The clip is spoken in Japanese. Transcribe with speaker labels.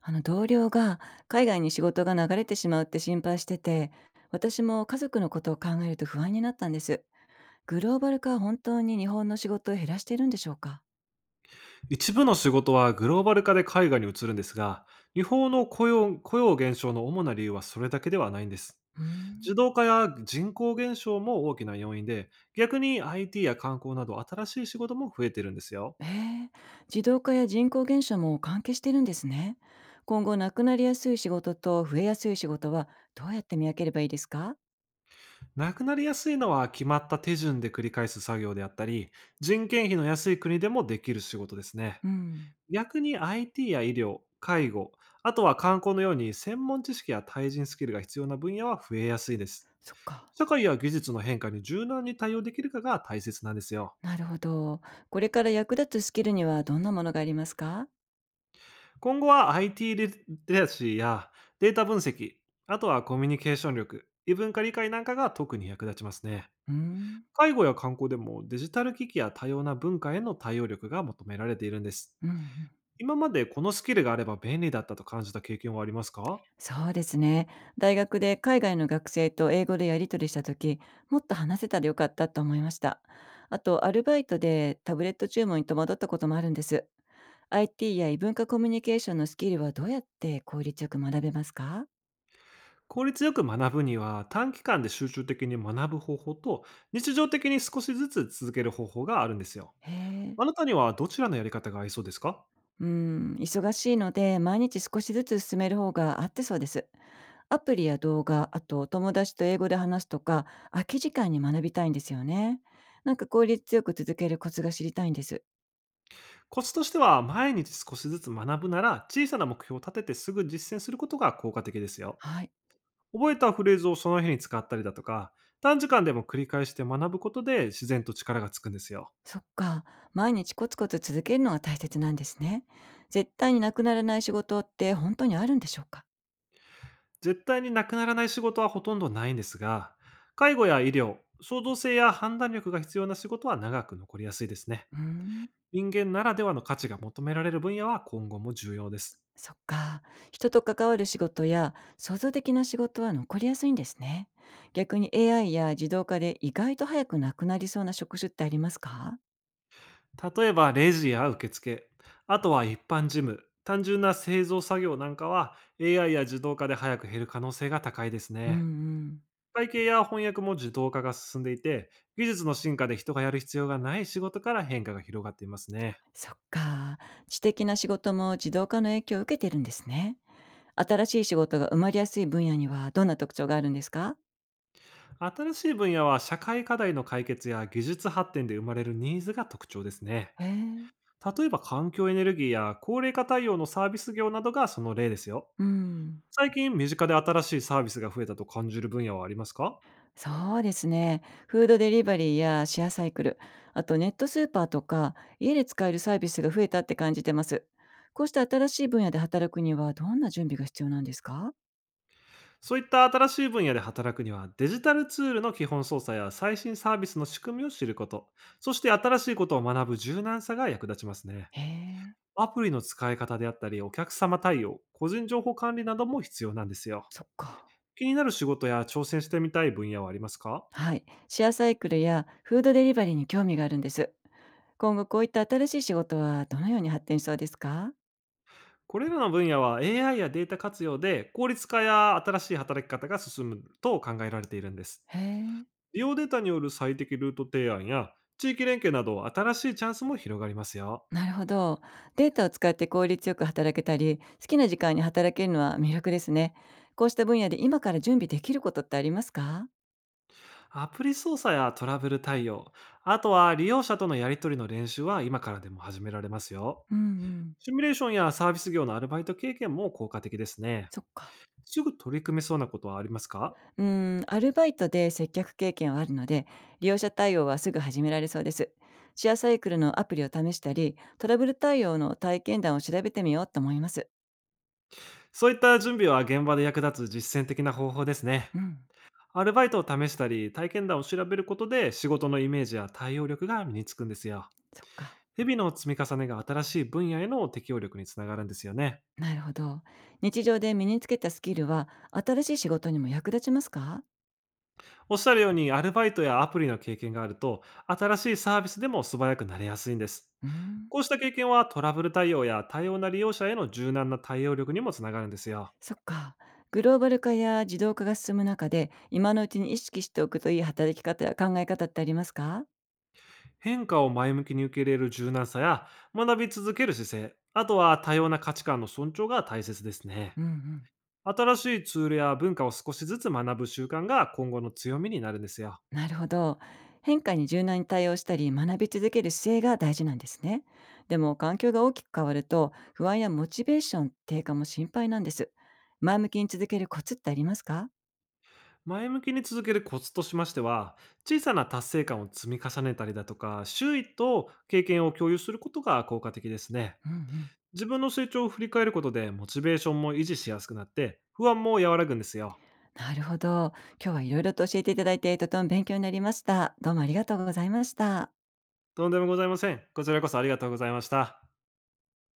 Speaker 1: あの同僚が海外に仕事が流れてしまうって心配してて、私も家族のことを考えると不安になったんです。グローバル化は本当に日本の仕事を減らしているんでしょうか？
Speaker 2: 一部の仕事はグローバル化で海外に移るんですが、日本の雇用減少の主な理由はそれだけではないんです。
Speaker 1: うーん。
Speaker 2: 自動化や人口減少も大きな要因で、逆に IT や観光など新しい仕事も増えてるんですよ。
Speaker 1: へえ、自動化や人口減少も関係してるんですね。今後なくなりやすい仕事と増えやすい仕事はどうやって見分ければいいですか？
Speaker 2: なくなりやすいのは決まった手順で繰り返す作業であったり、人件費の安い国でもできる仕事ですね。
Speaker 1: うん。
Speaker 2: 逆に IT や医療、介護、あとは観光のように専門知識や対人スキルが必要な分野は増えやすいです。
Speaker 1: そっか。
Speaker 2: 社会や技術の変化に柔軟に対応できるかが大切なんですよ。
Speaker 1: なるほど。これから役立つスキルにはどんなものがありますか？
Speaker 2: 今後は IT リテラシーやデータ分析、あとはコミュニケーション力、異文化理解なんかが特に役立ちますね。
Speaker 1: うーん。
Speaker 2: 介護や観光でもデジタル機器や多様な文化への対応力が求められているんです。
Speaker 1: うんうん。
Speaker 2: 今までこのスキルがあれば便利だったと感じた経験はありますか？
Speaker 1: そうですね。大学で海外の学生と英語でやり取りした時、もっと話せたらよかったと思いました。あと、アルバイトでタブレット注文に戸惑ったこともあるんです。IT や異文化コミュニケーションのスキルはどうやって効率よく学べますか？
Speaker 2: 効率よく学ぶには、短期間で集中的に学ぶ方法と、日常的に少しずつ続ける方法があるんですよ。
Speaker 1: へえ。
Speaker 2: あなたにはどちらのやり方が合いそうですか？
Speaker 1: うん、忙しいので毎日少しずつ進める方が合ってそうです。アプリや動画、あと友達と英語で話すとか、空き時間に学びたいんですよね。なんか効率よく続けるコツが知りたいんです。
Speaker 2: コツとしては、毎日少しずつ学ぶなら、小さな目標を立ててすぐ実践することが効果的ですよ。
Speaker 1: はい。
Speaker 2: 覚えたフレーズをその日に使ったりだとか、短時間でも繰り返して学ぶことで自然と力がつくんですよ。
Speaker 1: そっか。毎日コツコツ続けるのが大切なんですね。絶対になくならない仕事って本当にあるんでしょうか？
Speaker 2: 絶対になくならない仕事はほとんどないんですが、介護や医療、創造性や判断力が必要な仕事は長く残りやすいですね。
Speaker 1: うーん。
Speaker 2: 人間ならではの価値が求められる分野は今後も重要です。
Speaker 1: そっか。人と関わる仕事や創造的な仕事は残りやすいんですね。逆に AI や自動化で意外と早くなくなりそうな職種ってありますか？
Speaker 2: 例えばレジや受付、あとは一般事務、単純な製造作業なんかは AI や自動化で早く減る可能性が高いです
Speaker 1: うんう
Speaker 2: ね。
Speaker 1: ん。
Speaker 2: 会計や翻訳も自動化が進んでいて、技術の進化で人がやる必要がない仕事から変化が広がっていますね。
Speaker 1: そっか。知的な仕事も自動化の影響を受けてるんですね。新しい仕事が生まれやすい分野にはどんな特徴があるんですか？
Speaker 2: 新しい分野は社会課題の解決や技術発展で生まれるニーズが特徴ですね。
Speaker 1: へえ。
Speaker 2: 例えば環境エネルギーや高齢化対応のサービス業などがその例ですよ。
Speaker 1: うん。
Speaker 2: 最近身近で新しいサービスが増えたと感じる分野はありますか？
Speaker 1: そうですね。フードデリバリーやシェアサイクル、あとネットスーパーとか家で使えるサービスが増えたって感じてます。こうした新しい分野で働くにはどんな準備が必要なんですか？
Speaker 2: そういった新しい分野で働くには、デジタルツールの基本操作や最新サービスの仕組みを知ること、そして新しいことを学ぶ柔軟さが役立ちますね。
Speaker 1: へえ、
Speaker 2: アプリの使い方であったり、お客様対応、個人情報管理なども必要なんですよ。
Speaker 1: そっか。
Speaker 2: 気になる仕事や挑戦してみたい分野はありますか？
Speaker 1: はい。シェアサイクルやフードデリバリーに興味があるんです。今後こういった新しい仕事はどのように発展しそうですか？
Speaker 2: これらの分野は AI やデータ活用で効率化や新しい働き方が進むと考えられているんです。
Speaker 1: へえ。
Speaker 2: 利用データによる最適ルート提案や地域連携など新しいチャンスも広がりますよ。
Speaker 1: なるほど。データを使って効率よく働けたり、好きな時間に働けるのは魅力ですね。こうした分野で今から準備できることってありますか？
Speaker 2: アプリ操作やトラブル対応、あとは利用者とのやり取りの練習は今からでも始められますよ。
Speaker 1: うんうん。
Speaker 2: シミュレーションやサービス業のアルバイト経験も効果的ですね。
Speaker 1: そっか。
Speaker 2: すぐ取り組めそうなことはありますか？
Speaker 1: うーん、アルバイトで接客経験はあるので、利用者対応はすぐ始められそうです。シェアサイクルのアプリを試したり、トラブル対応の体験談を調べてみようと思います。
Speaker 2: そういった準備は現場で役立つ実践的な方法ですね。
Speaker 1: うん。
Speaker 2: アルバイトを試したり、体験談を調べることで仕事のイメージや対応力が身につくんですよ。
Speaker 1: そっか。
Speaker 2: 日々の積み重ねが新しい分野への適応力につながるんですよね。
Speaker 1: なるほど。日常で身につけたスキルは、新しい仕事にも役立ちますか？
Speaker 2: おっしゃるように、アルバイトやアプリの経験があると、新しいサービスでも素早くなれやすいんです。
Speaker 1: うん。
Speaker 2: こうした経験はトラブル対応や多様な利用者への柔軟な対応力にもつながるんですよ。
Speaker 1: そっか。グローバル化や自動化が進む中で、今のうちに意識しておくといい働き方や考え方ってありますか？
Speaker 2: 変化を前向きに受け入れる柔軟さや、学び続ける姿勢、あとは多様な価値観の尊重が大切ですね。
Speaker 1: うんうん。
Speaker 2: 新しいツールや文化を少しずつ学ぶ習慣が今後の強みになるんですよ。
Speaker 1: なるほど。変化に柔軟に対応したり、学び続ける姿勢が大事なんですね。でも、環境が大きく変わると、不安やモチベーション低下も心配なんです。前向きに続けるコツってありますか？
Speaker 2: 前向きに続けるコツとしましては、小さな達成感を積み重ねたりだとか、周囲と経験を共有することが効果的ですね。
Speaker 1: うんうん。
Speaker 2: 自分の成長を振り返ることで、モチベーションも維持しやすくなって、不安も和らぐんですよ。
Speaker 1: なるほど。今日はいろいろと教えていただいて、とても勉強になりました。どうもありがとうございました。
Speaker 2: とんでもございません。こちらこそありがとうございました。